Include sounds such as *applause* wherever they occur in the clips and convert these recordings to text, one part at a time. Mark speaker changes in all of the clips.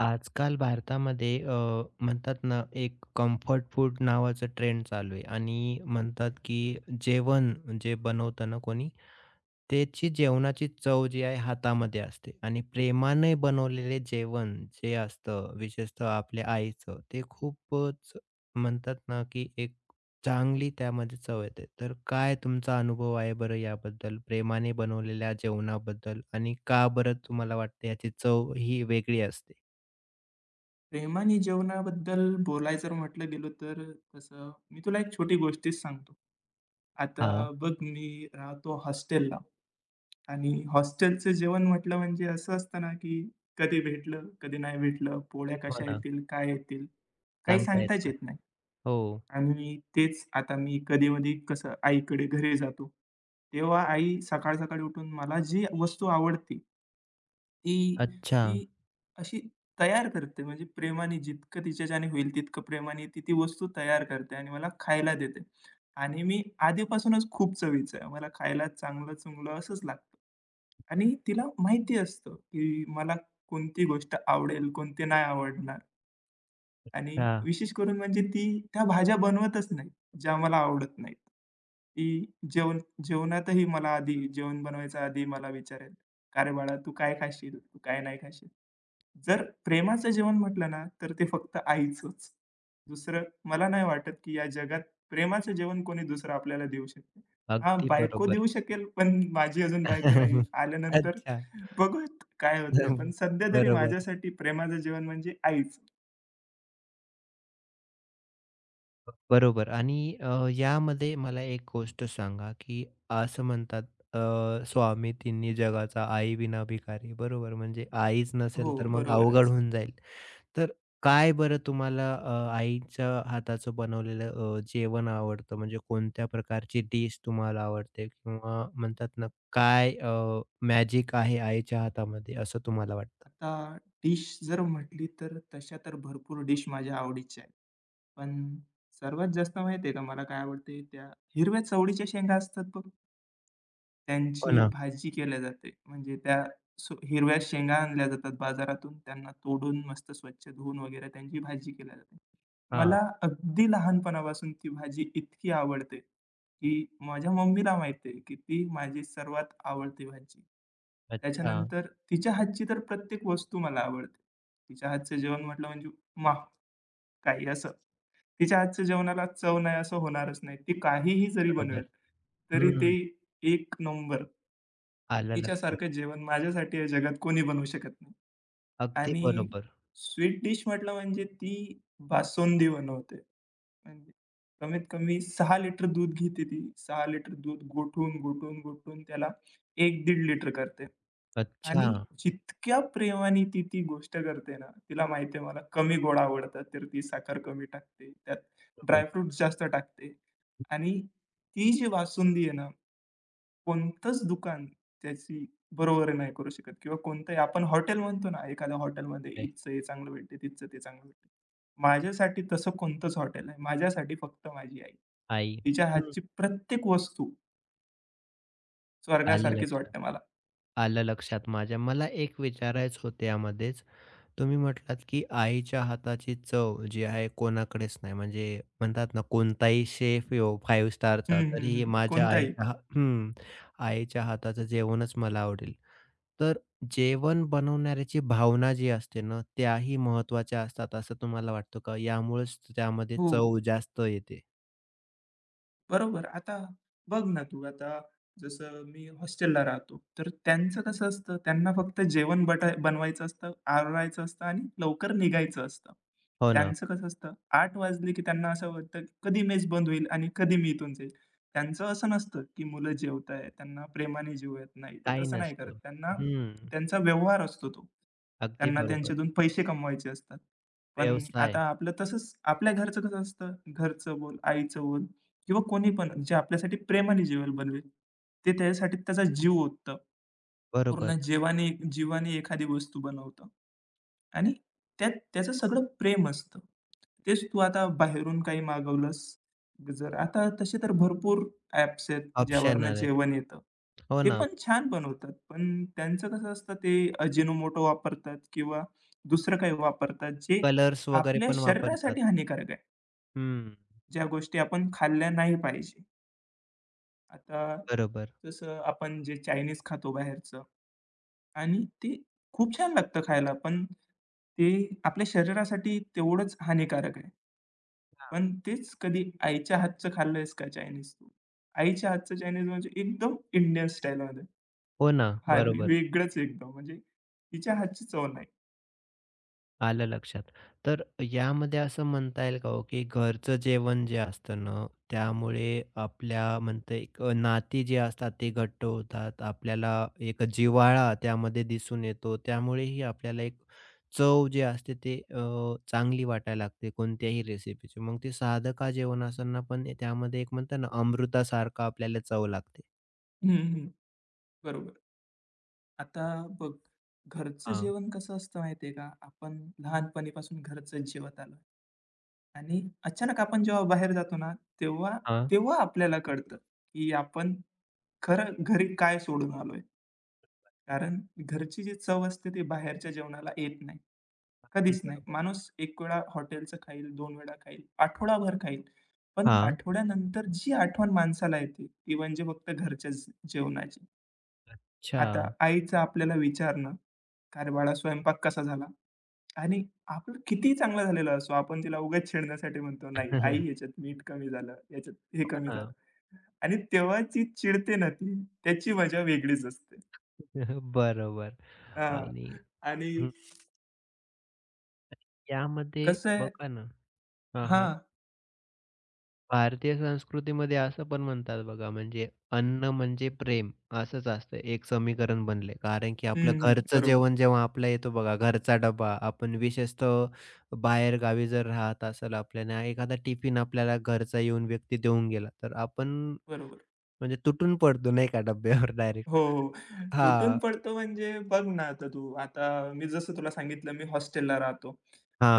Speaker 1: आजकाल भारतामध्ये म्हणतात ना, एक कम्फर्ट फूड नावाचं ट्रेंड चालू आहे आणि म्हणतात, की जेवण जे बनवतं ना कोणी, त्याची जेवणाची चव जी आहे हातामध्ये असते आणि प्रेमाने बनवलेले जेवण जे असतं, विशेषतः आपल्या आईचं, ते खूपच म्हणतात ना, की एक चांगली त्यामध्ये चव येते. तर काय तुमचा अनुभव आहे बरं याबद्दल? प्रेमाने बनवलेल्या जेवणाबद्दल आणि का बरं तुम्हाला वाटतं याची चव ही वेगळी असते?
Speaker 2: प्रेमाने जेवणाबद्दल बोलायचं जर म्हटलं गेलो तर तसं मी तुला एक छोटी गोष्टीच सांगतो. आता
Speaker 1: हां,
Speaker 2: बघ मी राहतो हॉस्टेलला आणि हॉस्टेलचं जेवण म्हटलं म्हणजे असं असतं ना, की कधी भेटलं, कधी नाही भेटलं, पोळ्या
Speaker 1: हो
Speaker 2: कशा
Speaker 1: ना.
Speaker 2: येतील, काय येतील, काही
Speaker 1: सांगता येत
Speaker 2: सांगताच
Speaker 1: नाही.
Speaker 2: येत नाही.
Speaker 1: हो.
Speaker 2: आणि तेच आता मी कधी-मधी कसं आईकडे घरी जातो, तेव्हा आई सकाळ-सकाळी उठून मला जी वस्तू आवडते ती,
Speaker 1: अच्छा.
Speaker 2: ती अशी तयार करते म्हणजे प्रेमाने जितकं तिच्याच्याने होईल तितकं प्रेमाने ती ती वस्तू तयार करते आणि मला खायला देते. आणि मी आधीपासूनच खूप चवीचा आहे. मला खायला चांगलं-चुंगलं असंच लागतं. आणि तिला माहिती असतं, की मला कोणती गोष्ट आवडेल, कोणती नाही आवडणार. आणि
Speaker 1: हां,
Speaker 2: विशेष करून म्हणजे ती त्या भाज्या बनवतच नाही, ज्या मला आवडत नाहीत. ती जेवण जेवणातही मला आधी जेवण बनवायच्या आधी मला विचारेल, "का रे बाळा तू काय खाशील? तू काय नाही खाशील?" जर प्रेमाचं जेवण म्हटलं ना, तर ते फक्त आईचंच. दुसरं मला नाही वाटत, की या जगात प्रेमाचं जेवण कोणी दुसरं आपल्याला देऊ शकतं. हां,
Speaker 1: अगदी
Speaker 2: बायको
Speaker 1: बरोबर.
Speaker 2: देऊ शकेल, पण माझी अजून बायको नाहीये.
Speaker 1: *laughs*
Speaker 2: आल्यानंतर
Speaker 1: अच्छा.
Speaker 2: बघूयात काय होतंय.
Speaker 1: हं,
Speaker 2: पण सध्या तरी
Speaker 1: बरोबर,
Speaker 2: माझ्यासाठी प्रेमाचं जेवण म्हणजे आईच.
Speaker 1: बरोबर आणि यामध्ये मला एक गोष्ट सांगा, की असं म्हणतात "स्वामी तिन्ही जगाचा आई विना भिकारी." बरोबर म्हणजे आईच
Speaker 2: हो,
Speaker 1: नसेल तर मग अवघड
Speaker 2: बरोबरच.
Speaker 1: होऊन जाईल. तर काय बरं तुम्हाला आईच्या हाताचं बनवलेलं जेवण आवडतं? म्हणजे कोणत्या प्रकारची डिश तुम्हाला आवडते? किंवा म्हणतात ना, काय मॅजिक आहे आईच्या हातामध्ये असं तुम्हाला वाटतं?
Speaker 2: आता डिश जर म्हटली तर तशा तर भरपूर डिश माझ्या आवडीच्या आहेत. पण सर्वात जास्त माहिती आहे का मला काय आवडते? त्या हिरव्या चवळीच्या शेंगा असतात बघ.
Speaker 1: हो
Speaker 2: त्यांची
Speaker 1: ना.
Speaker 2: भाजी केल्या जाते. म्हणजे त्या हिरव्या शेंगा आणल्या जातात बाजारातून. त्यांना तोडून मस्त स्वच्छ धुवून वगैरे त्यांची भाजी केल्या जाते.
Speaker 1: हां.
Speaker 2: मला अगदी लहानपणापासून ती भाजी इतकी आवडते, की माझ्या मम्मीला माहिती आहे, की ती माझी सर्वात आवडती भाजी.
Speaker 1: अच्छा.
Speaker 2: त्याच्यानंतर तिच्या हातची तर प्रत्येक वस्तू मला आवडते. तिच्या हातचं जेवण म्हटलं म्हणजे वाह! काही असं. तिच्या हातच्या जेवणाला चव नाही असं होणारच नाही. ती काहीही जरी
Speaker 1: बरोबर.
Speaker 2: बनवेल, तरी ते
Speaker 1: हं.
Speaker 2: एक नंबर.
Speaker 1: आलं लक्षात.
Speaker 2: तिच्यासारखं जेवण माझ्यासाठी या जगात कोणी बनवू शकत नाही.
Speaker 1: अगदी
Speaker 2: आणि
Speaker 1: बरोबर.
Speaker 2: स्वीट डिश म्हटलं म्हणजे ती बासुंदी बनवते. म्हणजे कमीत कमी 6 लिटर दूध घेते ती. 6 लिटर दूध गोठून, गोठून, गोठून त्याला एक 15 लिटर करते.
Speaker 1: अच्छा.
Speaker 2: आणि जितक्या प्रेमाने ती ती गोष्ट करते ना, तिला माहिती आहे मला कमी गोड आवडतात, तर ती साखर कमी टाकते. त्यात
Speaker 1: बरोबर
Speaker 2: ड्राय जास्त टाकते. आणि ती जी बासुंदी आहे ना कोणतंच दुकान त्याची बरोबरी नाही करू शकत किंवा कोणतंही आपण हॉटेल म्हणतो ना, एखाद्या हॉटेलमध्ये
Speaker 1: आहे.
Speaker 2: इथचं हे चांगलं भेटते, तिथचं ते चांगलं भेटते. माझ्यासाठी तसं कोणतंच हॉटेल नाही. माझ्यासाठी फक्त माझी आई.
Speaker 1: आई.
Speaker 2: तिच्या
Speaker 1: हं.
Speaker 2: हातची प्रत्येक वस्तू
Speaker 1: आलं
Speaker 2: स्वर्गासारखीच
Speaker 1: लक्षात.
Speaker 2: वाटते मला.
Speaker 1: आलं लक्षात माझ्या. मला एक विचारायचं होतं यामध्येच तुम्ही म्हटलात की आईच्या हाताची चव जी आहे कोणाकडेच नाही. म्हणजे म्हणतात ना कोणताही शेफ येवो 5 स्टारचा
Speaker 2: हं, हं,
Speaker 1: तरीही
Speaker 2: हं.
Speaker 1: माझ्या
Speaker 2: कोणताही.
Speaker 1: आईच्या हा हं, आईच्या हाताचं जेवणच मला आवडेल. तर जेवण बनवणाऱ्याची भावना जी असते ना, त्याही महत्त्वाच्या असतात असं तुम्हाला वाटतं का? यामुळेच त्यामध्ये
Speaker 2: हो.
Speaker 1: चव जास्त येते.
Speaker 2: बरोबर. आता बघ ना तू आता जसं मी हॉस्टेलला राहतो, तर त्यांचं कसं असतं, त्यांना फक्त जेवण बटा बनवायचं असतं, आवरायचं असतं आणि लवकर निघायचं असतं.
Speaker 1: हो ना.
Speaker 2: त्यांचं कसं असतं, 8 वाजले की त्यांना असं वाटतं, की कधी मेस बंद होईल आणि कधी मी इथून जाईल. त्यांचं असं नसतं, की मुलं जेवताय, त्यांना प्रेमाने जेवूयात. नाही, ते
Speaker 1: काही
Speaker 2: तसं नाही करत.
Speaker 1: नसतं.
Speaker 2: त्यांना
Speaker 1: हं.
Speaker 2: त्यांचा व्यवहार असतो तो.
Speaker 1: अगदी
Speaker 2: त्यांना
Speaker 1: बरोबर.
Speaker 2: त्यांच्यातून पैसे कमवायचे असतात. पण आता
Speaker 1: व्यवसाय.
Speaker 2: आपलं तसंच आपल्या घरचं कसं असतं, घरचं बोल, आईचं बोल, किंवा कोणी पण जे आपल्यासाठी प्रेमाने जेवेल बनवेल, ते त्याच्यासाठी त्याचा जीव ओततं.
Speaker 1: बरोबर.
Speaker 2: पूर्ण जीवाने जीवाने एखादी वस्तू बनवतं आणि त्यात त्याचं सगळं प्रेम असतं. तेच तू आता बाहेरून काही मागवलंस, जर आता तसे तर भरपूर ॲप्स आहेत,
Speaker 1: ऑप्शन
Speaker 2: ज्यावरनं
Speaker 1: आलेत.
Speaker 2: जेवण येतं.
Speaker 1: हो
Speaker 2: ते
Speaker 1: ना.
Speaker 2: पण छान बनवतात, पण त्यांचं कसं असतं ते अजिनोमोटो वापरतात किंवा दुसरं काही वापरतात, जे
Speaker 1: कलर्स वगैरे
Speaker 2: आपल्या
Speaker 1: पण वापरतात.
Speaker 2: शरीरासाठी हानिकारक आहे.
Speaker 1: हं.
Speaker 2: ज्या गोष्टी आपण खाल्ल्या नाही पाहिजे. आता
Speaker 1: बरोबर.
Speaker 2: जसं आपण जे चायनीज खातो बाहेरचं आणि ते खूप छान लागतं खायला, पण ते आपल्या शरीरासाठी तेवढंच हानिकारक आहे.
Speaker 1: हां.
Speaker 2: पण तेच कधी आईच्या हातचं खाल्लंयस का चायनीज तू? आईच्या हातचं चायनीज म्हणजे एकदम इंडियन स्टाईलमध्ये.
Speaker 1: हो ना,
Speaker 2: हां,
Speaker 1: बरोबर.
Speaker 2: वेगळंच एकदम म्हणजे तिच्या हातची चव नाही.
Speaker 1: आलं लक्षात. तर यामध्ये असं म्हणता येईल का हो, की घरचं जेवण जे असतं ना, त्यामुळे आपल्या म्हणता एक नाती जी असतात ती घट्ट होतात. आपल्याला एक जिव्हाळा त्यामध्ये दिसून येतो. त्यामुळेही आपल्याला एक चव जी असते ती चांगली वाटायला लागते कोणत्याही रेसिपीची. मग ते साधं का जेवण असताना पण त्यामध्ये एक म्हणतात ना, अमृतासारखं आपल्याला चव लागते.
Speaker 2: हं, हं. बरोबर. आता बघ घरचं
Speaker 1: हां,
Speaker 2: जेवण कसं असतं माहिती का? आपण लहानपणीपासून घरचंच जेवत आलोय. आणि अचानक आपण जेव्हा बाहेर जातो ना, तेव्हा
Speaker 1: हां.
Speaker 2: तेव्हा आपल्याला कळतं, की आपण खरं घरी काय सोडून आलोय. कारण घरची जी चव असते ती बाहेरच्या जेवणाला येत नाही.
Speaker 1: अगदी
Speaker 2: कधीच नाही.
Speaker 1: बरोबर.
Speaker 2: माणूस 1 वेळा हॉटेलचं खाईल, 2 वेळा खाईल, आठवडाभर खाईल. पण
Speaker 1: हां.
Speaker 2: आठवड्यानंतर जी आठवण माणसाला येते, ती म्हणजे फक्त घरच्याच जेवणाची. आता
Speaker 1: अच्छा.
Speaker 2: आईचं आपल्याला विचारणं, "का रे बाळा स्वयंपाक कसा झाला?" आणि आपण कितीही चांगला झालेला असो, आपण तिला उगाच छेडण्यासाठी म्हणतो, "नाही, आई
Speaker 1: *laughs*
Speaker 2: ह्याच्यात मीठ कमी झालं, ह्याच्यात हे
Speaker 1: हो
Speaker 2: कमी
Speaker 1: ना.
Speaker 2: झालं." आणि तेव्हा जी चिडते ना ती, त्याची मजा वेगळीच असते.
Speaker 1: *laughs* बरोबर
Speaker 2: हां.
Speaker 1: आणि
Speaker 2: आणि
Speaker 1: हं, यामध्ये
Speaker 2: कसं आहे
Speaker 1: बघा ना हां, हां.
Speaker 2: हां.
Speaker 1: भारतीय संस्कृतीमध्ये असं पण म्हणतात बघा, म्हणजे अन्न म्हणजे प्रेम असंच असतं एक समीकरण बनले. कारण की आपलं
Speaker 2: हं, हं.
Speaker 1: घरचं
Speaker 2: बरोबर,
Speaker 1: जेवण जेव्हा आपल्या येतो बघा, घरचा डबा आपण विशेषतः बाहेरगावी जर राहत असेल आपल्याला एखादा टिफिन आपल्याला घरचा येऊन व्यक्ती देऊन गेला, तर आपण
Speaker 2: बरोबर.
Speaker 1: म्हणजे तुटून पडतो नाही का डब्यावर
Speaker 2: हो,
Speaker 1: डायरेक्ट.
Speaker 2: हो.
Speaker 1: हां,
Speaker 2: तुटून पडतो म्हणजे बघ ना आता तू, आता मी जसं तुला सांगितलं मी हॉस्टेलला राहतो.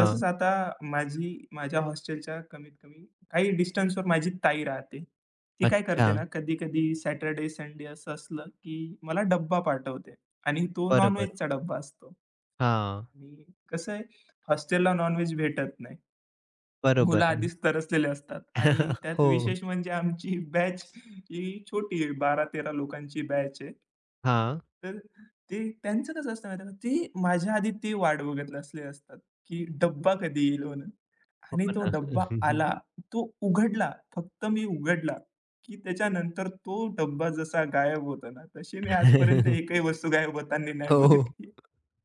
Speaker 2: तसंच आता माझी माझ्या हॉस्टेलच्या कमीत कमी काही डिस्टन्सवर माझी ताई राहते. ती काय
Speaker 1: अच्छा.
Speaker 2: करते ना कधी-कधी सॅटर्डे, संडे असं असलं, की मला डब्बा पाठवते आणि तो नॉन
Speaker 1: बरोबर.
Speaker 2: डब्बा असतो
Speaker 1: हां,
Speaker 2: आणि कसं आहे हॉस्टेलला नॉन भेटत नाही. मुलं
Speaker 1: बरोबर
Speaker 2: आधीच तरसलेले असतात आणि
Speaker 1: *laughs*
Speaker 2: त्यात
Speaker 1: हो.
Speaker 2: विशेष म्हणजे आमची बॅच ही छोटी आहे, 12-13 लोकांची बॅच आहे.
Speaker 1: हां.
Speaker 2: तर ते त्यांचं कसं असतं माहिती आहे का, ते माझ्या आधी ते वाट बघत असले असतात, की डब्बा कधी येईल म्हणून.
Speaker 1: हो
Speaker 2: आणि तो डब्बा
Speaker 1: ना.
Speaker 2: आला. तो उघडला, फक्त मी उघडला, की त्याच्यानंतर तो डब्बा जसा गायब होतो ना, तशी मी आजपर्यंत
Speaker 1: *laughs*
Speaker 2: एकही वस्तू गायब होताना नाही
Speaker 1: हो.
Speaker 2: बघितली.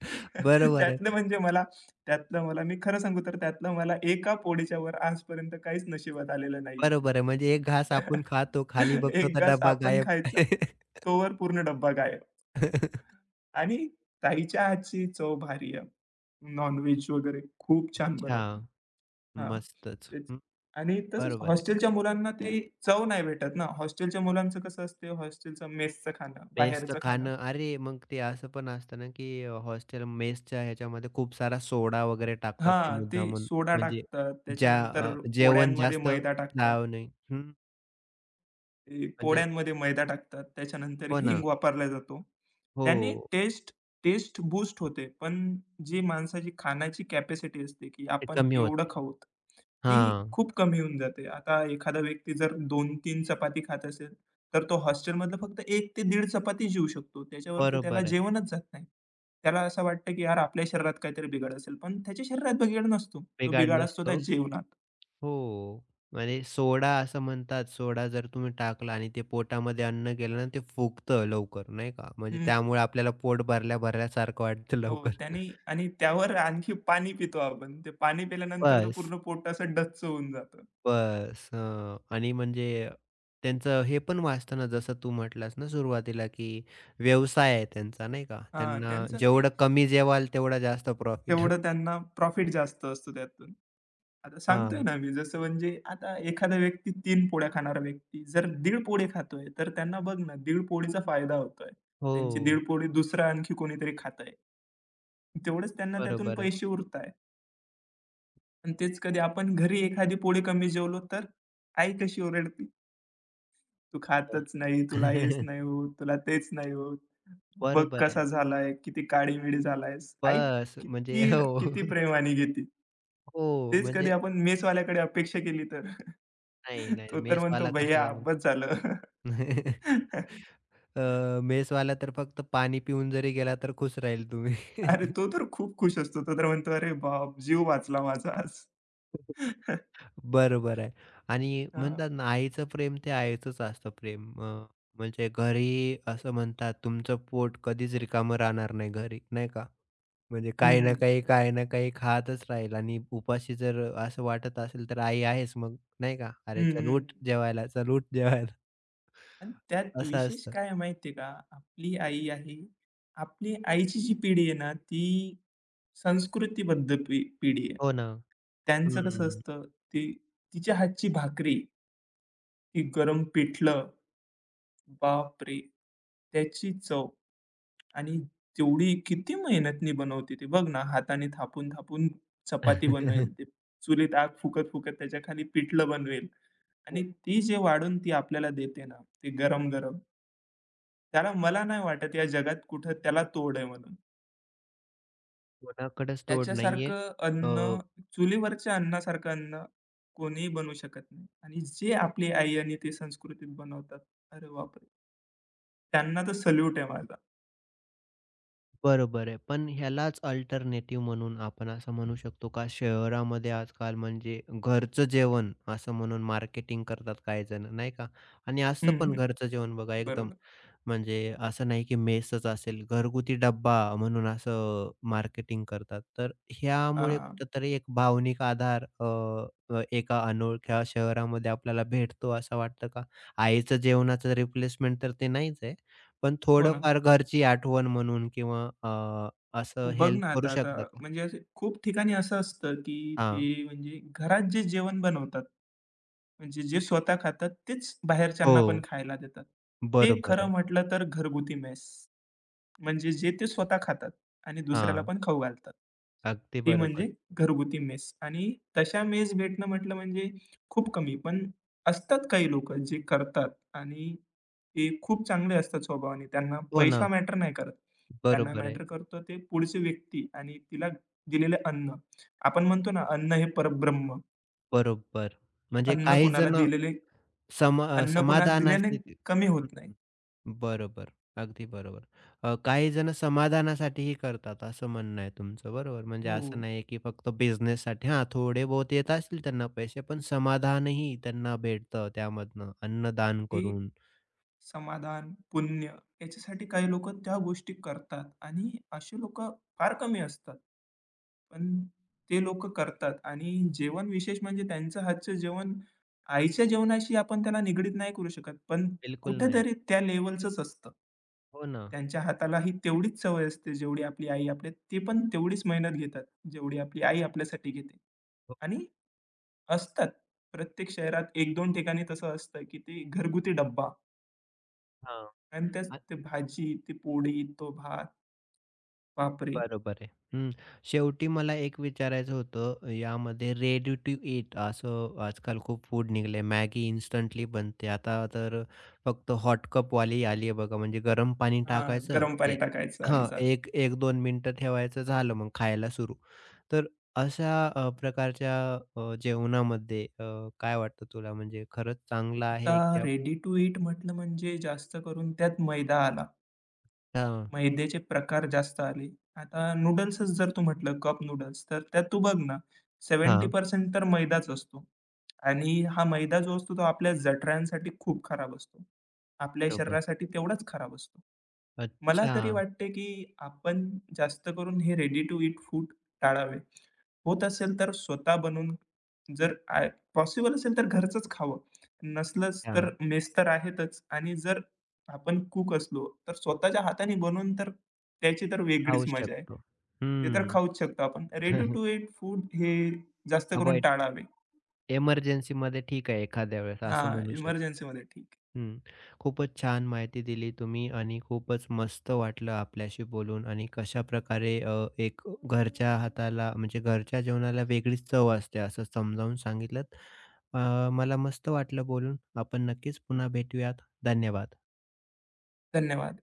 Speaker 2: *laughs*
Speaker 1: बरोबर आहे,
Speaker 2: त्यातलं म्हणजे मला त्यातलं मला मी खरं सांगू तर त्यातलं मला एका पोळीच्या वर आजपर्यंत काहीच नशिबात आलेलं नाहीये.
Speaker 1: बरोबर आहे. म्हणजे एक घास आपण खातो, खाली
Speaker 2: *laughs*
Speaker 1: बघतो
Speaker 2: एक
Speaker 1: तर
Speaker 2: घास
Speaker 1: डब्बा
Speaker 2: आपण
Speaker 1: गायब.
Speaker 2: खायचा, तोवर पूर्ण डब्बा गायब.
Speaker 1: *laughs*
Speaker 2: आणि ताईच्या हातची चव भारी आहे. नॉन-व्हेज वगैरे खूप छान बनवते.
Speaker 1: अच्छा.
Speaker 2: हां,
Speaker 1: मस्तच.
Speaker 2: तेच.
Speaker 1: हं,
Speaker 2: आणि तसंच
Speaker 1: बरोबर आहे.
Speaker 2: हॉस्टेलच्या मुलांना ते चव नाही भेटत ना. हॉस्टेलच्या मुलांचं कसं असते हॉस्टेलचं मेसचं खाणं,
Speaker 1: मेसचं
Speaker 2: बाहेरचं खाणं
Speaker 1: खाणं अरे, मग ते असं पण असतं ना, की हॉस्टेल मेसच्या ह्याच्यामध्ये खूप सारा सोडा वगैरे टाकतात ते
Speaker 2: हां, ते
Speaker 1: मुद्दामून.
Speaker 2: सोडा
Speaker 1: म्हणजे
Speaker 2: टाकतात,
Speaker 1: ज्या
Speaker 2: त्याच्यानंतर
Speaker 1: जेवण
Speaker 2: पोळ्यांमध्ये
Speaker 1: जास्त
Speaker 2: मैदा टाकतात.
Speaker 1: जाऊ नये. हं,
Speaker 2: ते
Speaker 1: म्हणजे
Speaker 2: पोळ्यांमध्ये मैदा टाकतात. त्याच्यानंतर
Speaker 1: हो ना.
Speaker 2: हिंग वापरला जातो. त्याने
Speaker 1: हो.
Speaker 2: टेस्ट टेस्ट बूस्ट होते. पण जी माणसाची खाण्याची कॅपॅसिटी असते, की
Speaker 1: ते
Speaker 2: आपण
Speaker 1: कमी
Speaker 2: एवढं
Speaker 1: होते.
Speaker 2: खाऊत, ती
Speaker 1: हां.
Speaker 2: खूप कमी होऊन जाते. आता एखादा व्यक्ती जर 2 तीन चपाती खात असेल, तर तो हॉस्टेलमधलं फक्त 1 ते 1.5 चपाती जेऊ शकतो. त्याच्यावरती त्याला
Speaker 1: बरोबर आहे.
Speaker 2: जेवणच जात नाही. त्याला असं वाटतं, की यार आपल्या शरीरात काहीतरी बिघाड असेल. पण त्याच्या शरीरात बिघाड नसतो. तो
Speaker 1: बिघाड
Speaker 2: बिघाड असतो त्या
Speaker 1: नसतो.
Speaker 2: जेवणात.
Speaker 1: हो. म्हणजे सोडा असं म्हणतात, सोडा जर तुम्ही टाकला आणि ते पोटामध्ये अन्न गेलं ना, ते फुगतं लवकर नाही का? म्हणजे
Speaker 2: हं.
Speaker 1: त्यामुळे आपल्याला पोट भरल्या-भरल्यासारखं वाटतं
Speaker 2: हो,
Speaker 1: लवकर.
Speaker 2: त्यानी
Speaker 1: *laughs*
Speaker 2: आणि त्यावर आणखी पाणी पितो आपण. ते पाणी पिल्यानंतर तर
Speaker 1: बस,
Speaker 2: पूर्ण पोट असं डच्च होऊन जातं.
Speaker 1: बस. हं. आणि म्हणजे त्यांचं हे पण वाचतं ना, जसं तू म्हटलास ना सुरुवातीला, की व्यवसाय आहे त्यांचा नाही का?
Speaker 2: हां,
Speaker 1: त्यांना
Speaker 2: त्यांचं ते
Speaker 1: जेवढं कमी जेवाल तेवढा जास्त प्रॉफिट. *laughs*
Speaker 2: तेवढं त्यांना प्रॉफिट जास्त असतो त्यातून. आता सांगतोय
Speaker 1: हां.
Speaker 2: ना मी जसं म्हणजे आता एखादा व्यक्ती 3 पोळ्या खाणारा व्यक्ती जर 1.5 पोळी खातोय, तर त्यांना बघ ना 1.5 पोळीचा फायदा होतोय. त्यांची
Speaker 1: हो.
Speaker 2: 1.5 पोळी दुसरा आणखी कोणीतरी खातंय. तेवढेच त्यांना त्यातून
Speaker 1: बरोबर आहे.
Speaker 2: पैसे उरताय आणि तेच कधी आपण घरी एखादी पोळी कमी जेवलो तर आई कशी ओरडते. तू
Speaker 1: हो ना.
Speaker 2: खातच नाही, तुला हेच नाही
Speaker 1: *laughs*
Speaker 2: होत, तुला तेच नाही होत. बघ
Speaker 1: बरोबर आहे.
Speaker 2: कसा झालाय, किती काळी-मिळी झालायस. आई
Speaker 1: बस म्हणजे
Speaker 2: किती
Speaker 1: हो.
Speaker 2: किती प्रेमाने घेते.
Speaker 1: हो,
Speaker 2: तेच कधी
Speaker 1: म्हणजे
Speaker 2: आपण मेसवाल्याकडे अपेक्षा केली तर
Speaker 1: नाही,
Speaker 2: *laughs*
Speaker 1: नाही
Speaker 2: तो तर म्हणतो,
Speaker 1: मेसवाला कशाला
Speaker 2: "भैय्या
Speaker 1: म्हणतो?
Speaker 2: बस झालं."
Speaker 1: *laughs*
Speaker 2: *laughs*
Speaker 1: अ, मेसवाला तर फक्त पाणी पिऊन जरी गेला तर खुश राहील तुम्ही.
Speaker 2: अरे तो तर खूप खुश असतो. तो तर म्हणतो, "अरे बाप! जीव वाचला माझा आज." *laughs*
Speaker 1: *laughs* बरोबर आहे. आणि
Speaker 2: हां.
Speaker 1: म्हणतात ना, आईचं प्रेम ते आईचंच असतं प्रेम. म्हणजे घरी असं म्हणतात, तुमचं पोट कधीच रिकामं राहणार नाही घरी, नाही का? म्हणजे काही
Speaker 2: हं,
Speaker 1: ना
Speaker 2: हं.
Speaker 1: काही, काही ना काही खातच राहील आणि उपाशी जर असं वाटत असेल, तर आई आहेच मग, नाही का? "अरे,
Speaker 2: हं,
Speaker 1: चल
Speaker 2: हं.
Speaker 1: उठ जेवायला, चल उठ जेवायला."
Speaker 2: आणि त्यात
Speaker 1: असं
Speaker 2: विशेष
Speaker 1: असतं.
Speaker 2: काय आहे माहिती का? आपली आई आहे. आपली आईची जी पिढी आहे ना, ती संस्कृतीबद्ध पिढी आहे.
Speaker 1: हो ना.
Speaker 2: त्यांचं कसं
Speaker 1: हं.
Speaker 2: असतं, ती तिच्या हातची भाकरी, ती गरम पिठलं, बापरे! त्याची चव आणि तेवढी किती मेहनतीने बनवते ती. बघ ना, हाताने थापून-थापून चपाती बनवेल,
Speaker 1: *laughs*
Speaker 2: ते चुलीत आग फुकत-फुकत त्याच्याखाली पिठलं बनवेल आणि ती जे वाढून ती आपल्याला देते ना, ते गरम-गरम त्याला मला नाही वाटत या जगात कुठं त्याला तोड आहे म्हणून.
Speaker 1: कोणाकडेच तोड नाहीये.
Speaker 2: त्याच्यासारखं अन्न, चुलीवरच्या अन्नासारखं अन्न कोणीही बनवू शकत नाही आणि जे आपली आई आणि ते संस्कृतीत बनवतात, अरे बापरे! त्यांना तर सॅल्यूट आहे माझा.
Speaker 1: बरोबर आहे. पण ह्यालाच अल्टरनेटिव्ह म्हणून आपण असं म्हणू शकतो का? शहरामध्ये आजकाल म्हणजे घरचं जेवण असं म्हणून मार्केटिंग करतात काही जण, नाही का? आणि असतं
Speaker 2: हं,
Speaker 1: पण
Speaker 2: हं.
Speaker 1: घरचं जेवण बघा एकदम
Speaker 2: बरोबर.
Speaker 1: म्हणजे असं नाही की मेसच असेल, घरगुती डब्बा म्हणून असं मार्केटिंग करतात. तर ह्यामुळे
Speaker 2: हां.
Speaker 1: कुठेतरी एक भावनिक आधार एका अनोळख्या शहरामध्ये आपल्याला भेटतो असं वाटतं का? आईचं जेवणाचं रिप्लेसमेंट तर ते नाहीच आहे. पण
Speaker 2: हो ना.
Speaker 1: थोडंफार घरची आठवण म्हणून किंवा असं
Speaker 2: बघ
Speaker 1: हेल्प
Speaker 2: ना
Speaker 1: करू
Speaker 2: आता आता
Speaker 1: शकता का?
Speaker 2: म्हणजे असे खूप ठिकाणी असं असतं, की
Speaker 1: हां.
Speaker 2: ते म्हणजे घरात जे जेवण बनवतात, म्हणजे जे स्वतः खातात तेच बाहेरच्यांना पण
Speaker 1: हो,
Speaker 2: खायला देतात. ते
Speaker 1: बरोबर
Speaker 2: खरं
Speaker 1: आहे.
Speaker 2: म्हटलं तर घरगुती मेस. म्हणजे जे ते स्वतः खातात आणि दुसऱ्याला
Speaker 1: हां,
Speaker 2: पण खाऊ घालतात.
Speaker 1: अगदी
Speaker 2: ती म्हणजे
Speaker 1: बरोबर.
Speaker 2: घरगुती मेस आणि तशा मेस भेटणं म्हटलं म्हणजे खूप कमी. पण असतात काही लोक जे करतात आणि ते खूप चांगले असतात स्वभावाने. त्यांना
Speaker 1: हो
Speaker 2: पैसा
Speaker 1: ना,
Speaker 2: मॅटर नाही करत. त्यांना
Speaker 1: बरोबर आहे.
Speaker 2: मॅटर करतं ते पुढची व्यक्ती आणि तिला दिलेलं अन्न. आपण म्हणतो ना, अन्न हे परब्रह्म.
Speaker 1: बरोबर. म्हणजे
Speaker 2: अन्न
Speaker 1: काही
Speaker 2: कोणाला
Speaker 1: जण
Speaker 2: दिलेले
Speaker 1: सम
Speaker 2: अन्न कोणाला दिल्याने
Speaker 1: समाधानाचे ते
Speaker 2: कमी
Speaker 1: हं,
Speaker 2: होत नाही.
Speaker 1: हं. बरोबर. अगदी बरोबर. काही जण समाधानासाठीही करतात असं म्हणणं आहे तुमचं बरोबर. म्हणजे
Speaker 2: हो,
Speaker 1: असं
Speaker 2: हो.
Speaker 1: नाहीये की फक्त बिझनेससाठी हां, थोडे बहुत येत असतील त्यांना पैसे, पण समाधानही त्यांना भेटतं त्यामधनं अन्नदान
Speaker 2: ते
Speaker 1: करून.
Speaker 2: समाधान, पुण्य याच्यासाठी काही लोकं त्या गोष्टी करतात आणि अशी लोकं फार कमी असतात. पण ते लोकं करतात आणि जेवण विशेष म्हणजे त्यांचं हातचं जेवण आईच्या जेवणाशी आपण त्याला निगडीत नाही करू शकत. पण
Speaker 1: बिलकुल नाही.
Speaker 2: कुठेतरी त्या लेव्हलचंच असतं.
Speaker 1: हो ना.
Speaker 2: त्यांच्या हातालाही तेवढीच सवय असते जेवढी आपली आई आपल्या ते पण तेवढीच मेहनत घेतात, जेवढी आपली आई आपल्यासाठी घेते.
Speaker 1: हो.
Speaker 2: आणि असतात प्रत्येक शहरात 1-2 ठिकाणी तसं असतं, की ते घरगुती डब्बा
Speaker 1: हां.
Speaker 2: आणि त्यात ते भाजी, ती पोळी, तो भात, बापरे!
Speaker 1: बरोबर आहे. हं. शेवटी मला एक विचारायचं होतं यामध्ये रेडी टू ईट असं आजकाल खूप फूड निघले. मॅगी इन्स्टंटली बनते. आता तर फक्त हॉट कप वाली आली आहे बघा. म्हणजे गरम पाणी
Speaker 2: हां,
Speaker 1: टाकायचं
Speaker 2: गरम पाणी
Speaker 1: ते
Speaker 2: टाकायचं आणि
Speaker 1: हां,
Speaker 2: झालं.
Speaker 1: 1-1-2 मिनिटं ठेवायचं झालं मग खायला सुरू. तर अशा प्रकारच्या जेवणामध्ये काय वाटतं तुला म्हणजे खरंच चांगलं
Speaker 2: आता
Speaker 1: आहे की
Speaker 2: रेडी टू ईट म्हटलं म्हणजे जास्त करून त्यात मैदा आला.
Speaker 1: हां,
Speaker 2: मैद्याचे प्रकार जास्त आले. आता नूडल्सच जर तू म्हटलं कप नूडल्स, तर त्यात तू बघ ना
Speaker 1: हां,
Speaker 2: 70% तर मैदाच असतो आणि हा मैदा जो असतो तो आपल्या जठरांसाठी खूप खराब असतो. आपल्या
Speaker 1: बरोबर.
Speaker 2: शरीरासाठी तेवढाच खराब असतो. मला
Speaker 1: अच्छा!
Speaker 2: तरी वाटते, की आपण जास्त करून हे रेडी टू ईट फूड टाळावे. होत असेल तर स्वतः बनवून जर पॉसिबल असेल तर घरचंच खावं. नसलंच तर
Speaker 1: हां,
Speaker 2: मेस तर आहेतच आणि जर आपण कूक असलो, तर स्वतःच्या हाताने बनवून तर त्याची तर वेगळीच
Speaker 1: खाऊ
Speaker 2: मजा आहे.
Speaker 1: शकतो.
Speaker 2: ते तर
Speaker 1: हं.
Speaker 2: खाऊच शकतो आपण. रेडी
Speaker 1: *laughs*
Speaker 2: टू ईट फूड हे जास्त करून
Speaker 1: अव्हॉइड कर.
Speaker 2: टाळावे.
Speaker 1: एमर्जन्सीमध्ये ठीक आहे एखाद्या वेळेस असं
Speaker 2: हां,
Speaker 1: म्हणू शकतो.
Speaker 2: इमर्जन्सीमध्ये ठीक. आहे.
Speaker 1: हं. खूपच छान माहिती दिली तुम्ही आणि खूपच मस्त वाटलं आपल्याशी बोलून आणि कशाप्रकारे एक घरच्या हाताला म्हणजे घरच्या जेवणाला वेगळीच चव असते असं समजावून सांगितलंत. मला मस्त वाटलं बोलून. आपण नक्कीच पुन्हा भेटूयात. धन्यवाद.
Speaker 2: धन्यवाद.